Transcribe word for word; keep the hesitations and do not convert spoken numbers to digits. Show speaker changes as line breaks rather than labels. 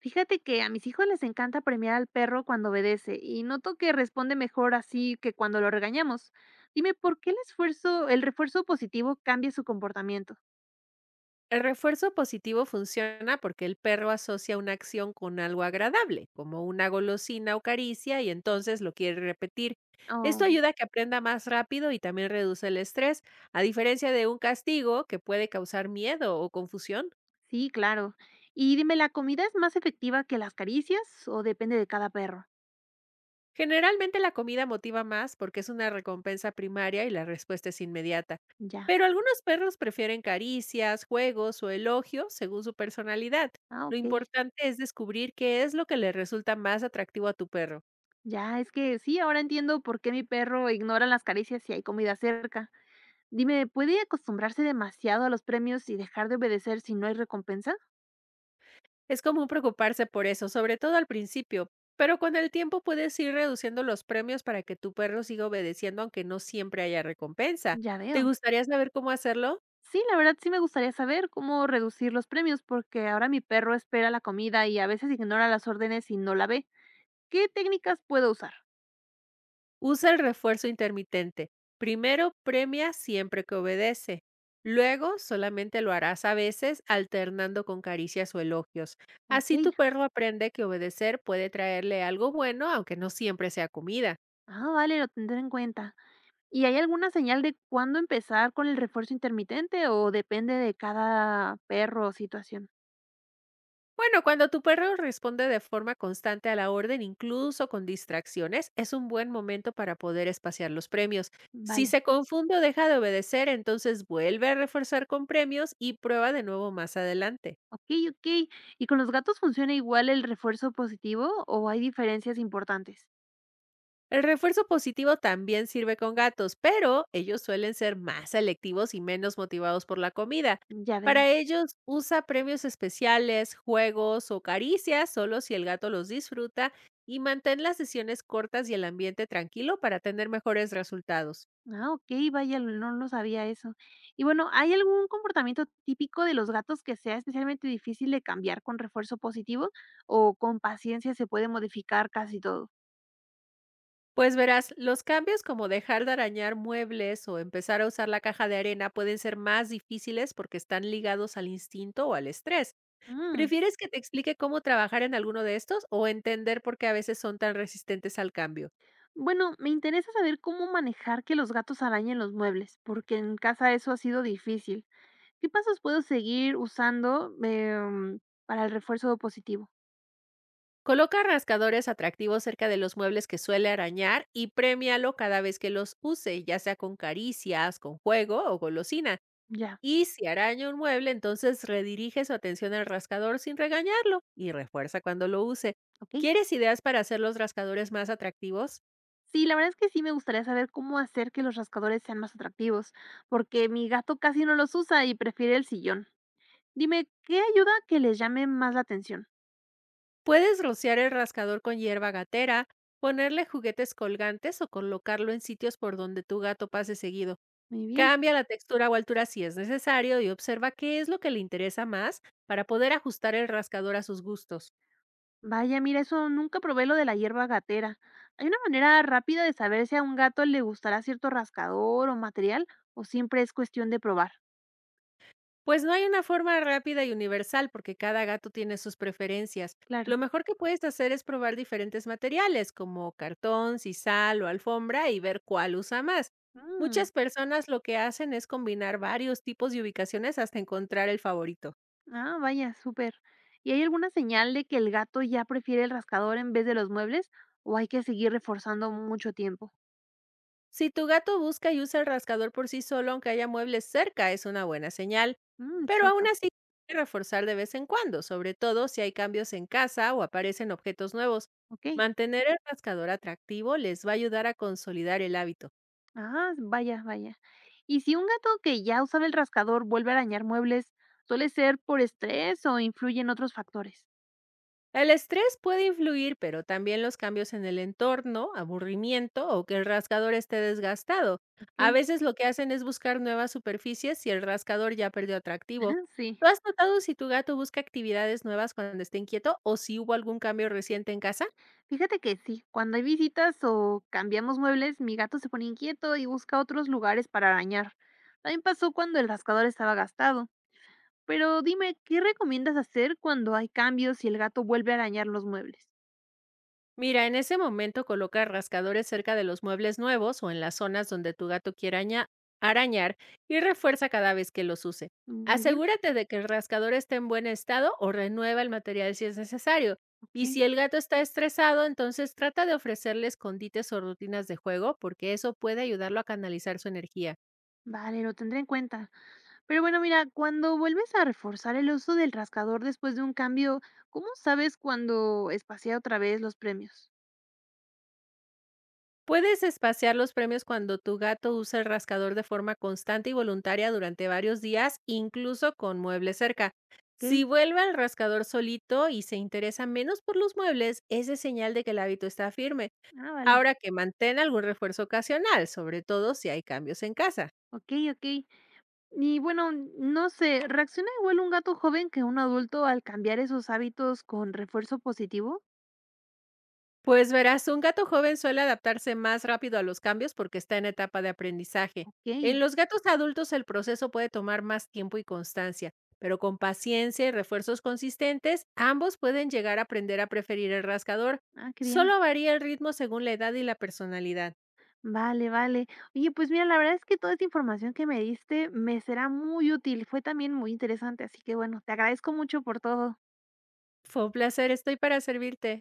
Fíjate que a mis hijos les encanta premiar al perro cuando obedece y noto que responde mejor así que cuando lo regañamos. Dime, ¿por qué el esfuerzo, el refuerzo positivo cambia su comportamiento?
El refuerzo positivo funciona porque el perro asocia una acción con algo agradable, como una golosina o caricia, y entonces lo quiere repetir. Esto
Oh,
ayuda a que aprenda más rápido y también reduce el estrés, a diferencia de un castigo que puede causar miedo o confusión.
sí, claro. Y dime, ¿la comida es más efectiva que las caricias o depende de cada perro?
Generalmente la comida motiva más porque es una recompensa primaria y la respuesta es inmediata.
Ya.
Pero algunos perros prefieren caricias, juegos o elogios según su personalidad.
Ah,
Lo
ok.
importante es descubrir qué es lo que le resulta más atractivo a tu perro.
Ya, es que sí, ahora entiendo por qué mi perro ignora las caricias si hay comida cerca. Dime, ¿puede acostumbrarse demasiado a los premios y dejar de obedecer si no hay recompensa?
Es común preocuparse por eso, sobre todo al principio, pero con el tiempo puedes ir reduciendo los premios para que tu perro siga obedeciendo aunque no siempre haya recompensa.
Ya
¿Te
veo.
gustaría saber cómo hacerlo?
Sí, la verdad sí me gustaría saber cómo reducir los premios, porque ahora mi perro espera la comida y a veces ignora las órdenes y no la ve. ¿Qué técnicas puedo usar?
Usa el refuerzo intermitente. Primero premia siempre que obedece. Luego solamente lo harás a veces alternando con caricias o elogios.
Ok,
Así tu perro aprende que obedecer puede traerle algo bueno, aunque no siempre sea comida.
ah, vale, lo tendré en cuenta. ¿Y hay alguna señal de cuándo empezar con el refuerzo intermitente o depende de cada perro o situación?
Bueno, cuando tu perro responde de forma constante a la orden, incluso con distracciones, es un buen momento para poder espaciar los premios. Si
Vale,
se confunde o deja de obedecer, entonces vuelve a reforzar con premios y prueba de nuevo más adelante.
ok, ok. ¿Y con los gatos funciona igual el refuerzo positivo o hay diferencias importantes?
El refuerzo positivo también sirve con gatos, pero ellos suelen ser más selectivos y menos motivados por la comida.
Ya veo.
Para ellos, usa premios especiales, juegos o caricias solo si el gato los disfruta y mantén las sesiones cortas y el ambiente tranquilo para tener mejores resultados.
Ah, okey, vaya, no lo sabía eso. Y bueno, ¿hay algún comportamiento típico de los gatos que sea especialmente difícil de cambiar con refuerzo positivo, o con paciencia se puede modificar casi todo?
Pues verás, los cambios como dejar de arañar muebles o empezar a usar la caja de arena pueden ser más difíciles porque están ligados al instinto o al estrés.
Mm,
¿Prefieres que te explique cómo trabajar en alguno de estos o entender por qué a veces son tan resistentes al cambio?
bueno, me interesa saber cómo manejar que los gatos arañen los muebles, porque en casa eso ha sido difícil. ¿Qué pasos puedo seguir usando, em, para el refuerzo positivo?
Coloca rascadores atractivos cerca de los muebles que suele arañar y premialo cada vez que los use, ya sea con caricias, con juego o golosina.
Ya,
Y si araña un mueble, entonces redirige su atención al rascador sin regañarlo y refuerza cuando lo use.
¿ok?
¿Quieres ideas para hacer los rascadores más atractivos?
Sí, la verdad es que sí me gustaría saber cómo hacer que los rascadores sean más atractivos, porque mi gato casi no los usa y prefiere el sillón. Dime, ¿qué ayuda a que les llame más la atención?
Puedes rociar el rascador con hierba gatera, ponerle juguetes colgantes o colocarlo en sitios por donde tu gato pase seguido.
Muy bien.
Cambia la textura o altura si es necesario y observa qué es lo que le interesa más para poder ajustar el rascador a sus gustos.
Vaya, mira, eso nunca probé lo de la hierba gatera. ¿Hay una manera rápida de saber si a un gato le gustará cierto rascador o material o siempre es cuestión de probar?
Pues no hay una forma rápida y universal porque cada gato tiene sus preferencias.
Claro.
Lo mejor que puedes hacer es probar diferentes materiales como cartón, sisal o alfombra y ver cuál usa más.
Mm,
Muchas personas lo que hacen es combinar varios tipos de ubicaciones hasta encontrar el favorito.
ah, vaya, súper. ¿Y hay alguna señal de que el gato ya prefiere el rascador en vez de los muebles o hay que seguir reforzando mucho tiempo?
Si tu gato busca y usa el rascador por sí solo, aunque haya muebles cerca, es una buena señal.
Mm,
Pero aún
cierto.
así, hay que reforzar de vez en cuando, sobre todo si hay cambios en casa o aparecen objetos nuevos.
Okey.
Mantener el rascador atractivo les va a ayudar a consolidar el hábito.
Ah, vaya, vaya. Y si un gato que ya usaba el rascador vuelve a arañar muebles, ¿suele ser por estrés o influyen otros factores?
El estrés puede influir, pero también los cambios en el entorno, aburrimiento o que el rascador esté desgastado. A
Okey,
veces lo que hacen es buscar nuevas superficies si el rascador ya perdió
ajá,
atractivo.
sí.
¿Tú has notado si tu gato busca actividades nuevas cuando está inquieto o si hubo algún cambio reciente en casa?
Fíjate que sí, cuando hay visitas o cambiamos muebles, mi gato se pone inquieto y busca otros lugares para arañar. También pasó cuando el rascador estaba gastado. Pero dime, ¿qué recomiendas hacer cuando hay cambios y el gato vuelve a arañar los muebles?
Mira, en ese momento coloca rascadores cerca de los muebles nuevos o en las zonas donde tu gato quiera aña- arañar y refuerza cada vez que los use.
Muy bien,
Asegúrate de que el rascador esté en buen estado o renueva el material si es necesario. Y
okey,
si el gato está estresado, entonces trata de ofrecerle escondites o rutinas de juego porque eso puede ayudarlo a canalizar su energía.
vale, lo tendré en cuenta. Pero bueno, mira, cuando vuelves a reforzar el uso del rascador después de un cambio, ¿cómo sabes cuando espacia otra vez los premios?
Puedes espaciar los premios cuando tu gato usa el rascador de forma constante y voluntaria durante varios días, incluso con muebles cerca. Si
Ok,
vuelve al rascador solito y se interesa menos por los muebles, ese es señal de que el hábito está firme.
ah, vale,
Ahora que mantén algún refuerzo ocasional, sobre todo si hay cambios en casa.
ok, ok. Y bueno, no sé, ¿reacciona igual un gato joven que un adulto al cambiar esos hábitos con refuerzo positivo?
Pues verás, un gato joven suele adaptarse más rápido a los cambios porque está en etapa de aprendizaje.
Ok,
En los gatos adultos el proceso puede tomar más tiempo y constancia, pero con paciencia y refuerzos consistentes, ambos pueden llegar a aprender a preferir el rascador.
ah, qué bien.
Solo varía el ritmo según la edad y la personalidad.
Vale, vale. Oye, pues mira, la verdad es que toda esta información que me diste me será muy útil. Fue también muy interesante, así que bueno, te agradezco mucho por todo.
Fue un placer, estoy para servirte.